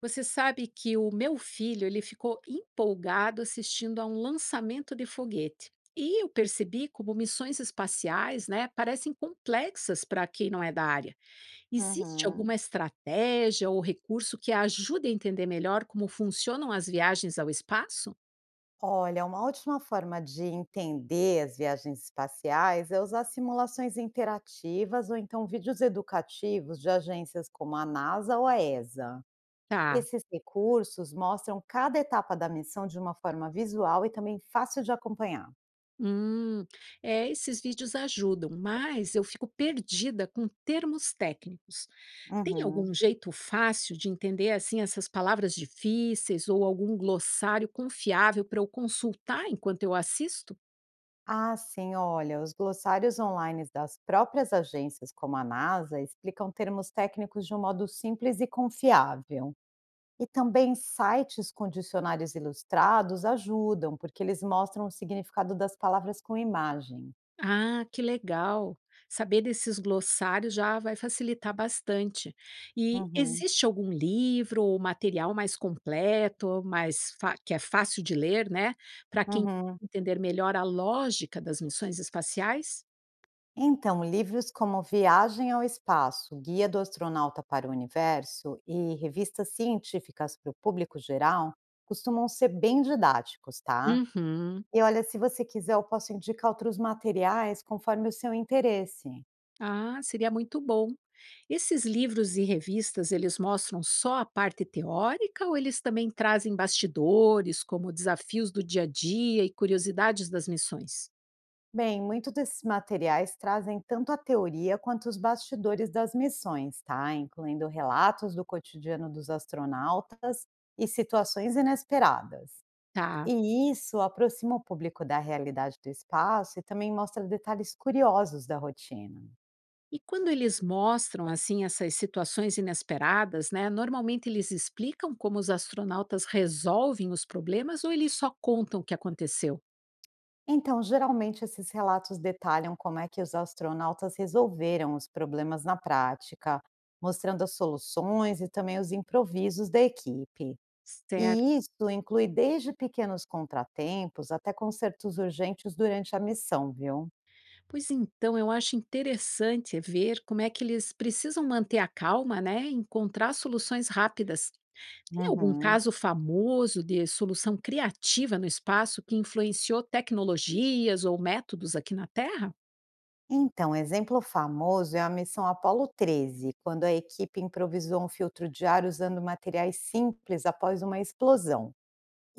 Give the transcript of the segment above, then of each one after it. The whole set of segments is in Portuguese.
Você sabe que o meu filho ele ficou empolgado assistindo a um lançamento de foguete. E eu percebi como missões espaciais, né, parecem complexas para quem não é da área. Existe Uhum. alguma estratégia ou recurso que ajude a entender melhor como funcionam as viagens ao espaço? Olha, uma ótima forma de entender as viagens espaciais é usar simulações interativas ou então vídeos educativos de agências como a NASA ou a ESA. Tá. Esses recursos mostram cada etapa da missão de uma forma visual e também fácil de acompanhar. Hum, esses vídeos ajudam, mas eu fico perdida com termos técnicos. Tem algum Uhum. jeito fácil de entender assim essas palavras difíceis ou algum glossário confiável para eu consultar enquanto eu assisto? Ah, sim, olha, os glossários online das próprias agências, como a NASA, explicam termos técnicos de um modo simples e confiável. E também sites com dicionários ilustrados ajudam, porque eles mostram o significado das palavras com imagem. Ah, que legal! Saber desses glossários já vai facilitar bastante. E Uhum, existe algum livro ou material mais completo, mais que é fácil de ler, né, para quem uhum. entender melhor a lógica das missões espaciais? Então, livros como Viagem ao Espaço, Guia do Astronauta para o Universo e revistas científicas para o público geral costumam ser bem didáticos, tá? Uhum. E olha, se você quiser, eu posso indicar outros materiais conforme o seu interesse. Ah, seria muito bom. Esses livros e revistas, eles mostram só a parte teórica ou eles também trazem bastidores, como desafios do dia a dia e curiosidades das missões? Bem, muitos desses materiais trazem tanto a teoria quanto os bastidores das missões, tá? Incluindo relatos do cotidiano dos astronautas e situações inesperadas. Tá. E isso aproxima o público da realidade do espaço e também mostra detalhes curiosos da rotina. E quando eles mostram assim essas situações inesperadas, né? Normalmente eles explicam como os astronautas resolvem os problemas ou eles só contam o que aconteceu? Então, geralmente, esses relatos detalham como é que os astronautas resolveram os problemas na prática, mostrando as soluções e também os improvisos da equipe. E Certo. isso inclui desde pequenos contratempos até consertos urgentes durante a missão, viu? Pois então, eu acho interessante ver como é que eles precisam manter a calma, né, e encontrar soluções rápidas. Tem algum Uhum. caso famoso de solução criativa no espaço que influenciou tecnologias ou métodos aqui na Terra? Então, exemplo famoso é a missão Apollo 13, quando a equipe improvisou um filtro de ar usando materiais simples após uma explosão.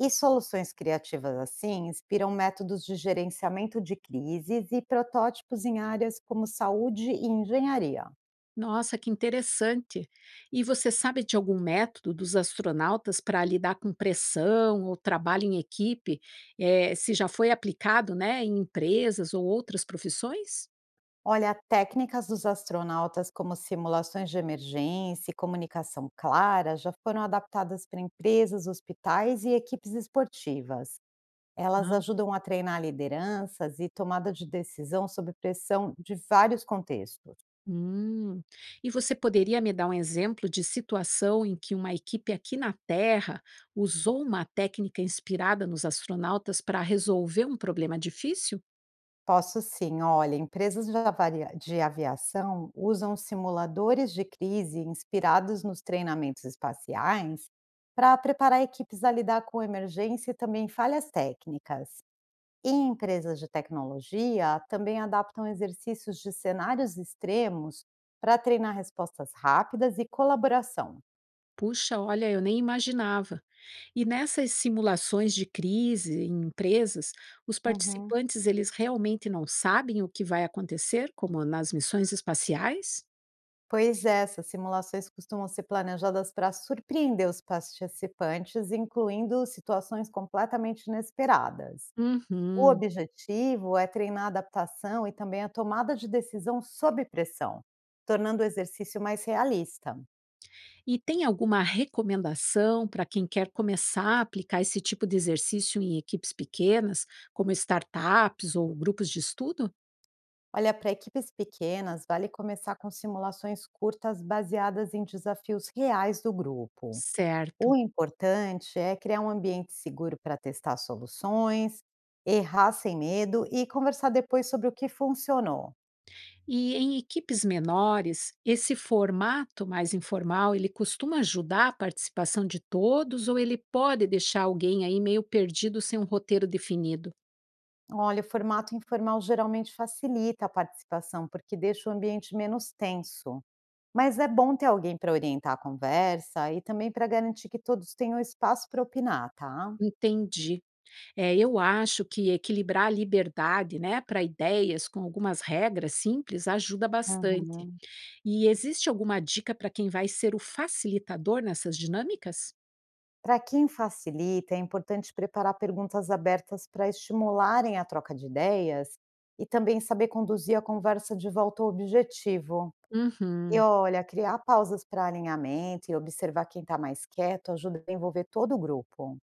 E soluções criativas assim inspiram métodos de gerenciamento de crises e protótipos em áreas como saúde e engenharia. Nossa, que interessante! E você sabe de algum método dos astronautas para lidar com pressão ou trabalho em equipe? Se já foi aplicado, né, em empresas ou outras profissões? Olha, técnicas dos astronautas como simulações de emergência e comunicação clara já foram adaptadas para empresas, hospitais e equipes esportivas. Elas ajudam a treinar lideranças e tomada de decisão sob pressão de vários contextos. Hum. E você poderia me dar um exemplo de situação em que uma equipe aqui na Terra usou uma técnica inspirada nos astronautas para resolver um problema difícil? Posso sim, olha, empresas de aviação usam simuladores de crise inspirados nos treinamentos espaciais para preparar equipes a lidar com emergência e também falhas técnicas. E empresas de tecnologia também adaptam exercícios de cenários extremos para treinar respostas rápidas e colaboração. Puxa, olha, eu nem imaginava. E nessas simulações de crise em empresas, os Uhum. participantes eles realmente não sabem o que vai acontecer, como nas missões espaciais? Pois é, essas simulações costumam ser planejadas para surpreender os participantes, incluindo situações completamente inesperadas. O Uhum. objetivo é treinar a adaptação e também a tomada de decisão sob pressão, tornando o exercício mais realista. E tem alguma recomendação para quem quer começar a aplicar esse tipo de exercício em equipes pequenas, como startups ou grupos de estudo? Olha, para equipes pequenas, vale começar com simulações curtas baseadas em desafios reais do grupo. Certo. O importante é criar um ambiente seguro para testar soluções, errar sem medo e conversar depois sobre o que funcionou. E em equipes menores, esse formato mais informal, ele costuma ajudar a participação de todos ou ele pode deixar alguém aí meio perdido sem um roteiro definido? Olha, o formato informal geralmente facilita a participação porque deixa o ambiente menos tenso. Mas é bom ter alguém para orientar a conversa e também para garantir que todos tenham espaço para opinar, tá? Entendi. É, eu acho que equilibrar a liberdade, né, para ideias com algumas regras simples ajuda bastante. Uhum. E existe alguma dica para quem vai ser o facilitador nessas dinâmicas? Para quem facilita, é importante preparar perguntas abertas para estimularem a troca de ideias e também saber conduzir a conversa de volta ao objetivo. E Uhum. olha, criar pausas para alinhamento e observar quem está mais quieto ajuda a envolver todo o grupo.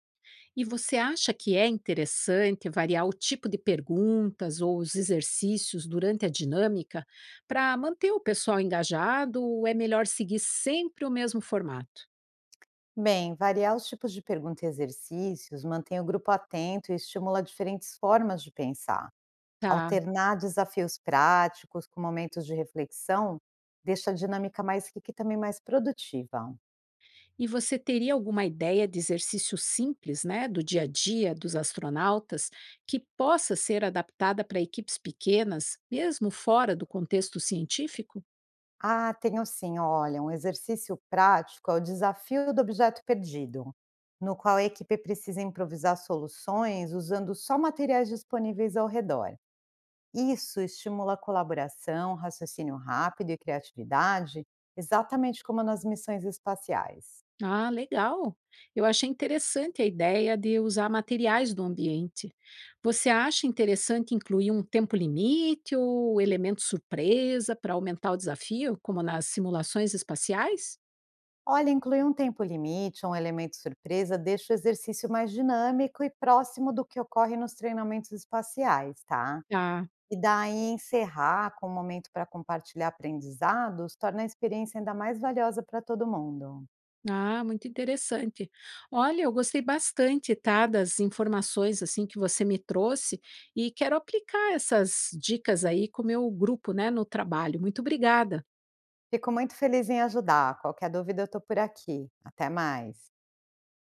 E você acha que é interessante variar o tipo de perguntas ou os exercícios durante a dinâmica para manter o pessoal engajado ou é melhor seguir sempre o mesmo formato? Bem, variar os tipos de pergunta e exercícios mantém o grupo atento e estimula diferentes formas de pensar. Tá. Alternar desafios práticos com momentos de reflexão deixa a dinâmica mais rica e também mais produtiva. E você teria alguma ideia de exercício simples, né, do dia a dia dos astronautas que possa ser adaptada para equipes pequenas, mesmo fora do contexto científico? Ah, tenho sim. Olha, um exercício prático é o desafio do objeto perdido, no qual a equipe precisa improvisar soluções usando só materiais disponíveis ao redor. Isso estimula a colaboração, raciocínio rápido e criatividade, exatamente como nas missões espaciais. Ah, legal! Eu achei interessante a ideia de usar materiais do ambiente. Você acha interessante incluir um tempo limite ou elemento surpresa para aumentar o desafio, como nas simulações espaciais? Olha, incluir um tempo limite um elemento surpresa deixa o exercício mais dinâmico e próximo do que ocorre nos treinamentos espaciais, tá? Tá. E daí encerrar com um momento para compartilhar aprendizados torna a experiência ainda mais valiosa para todo mundo. Ah, muito interessante. Olha, eu gostei bastante, tá, das informações assim que você me trouxe e quero aplicar essas dicas aí com o meu grupo, né, no trabalho. Muito obrigada. Fico muito feliz em ajudar. Qualquer dúvida eu estou por aqui. Até mais.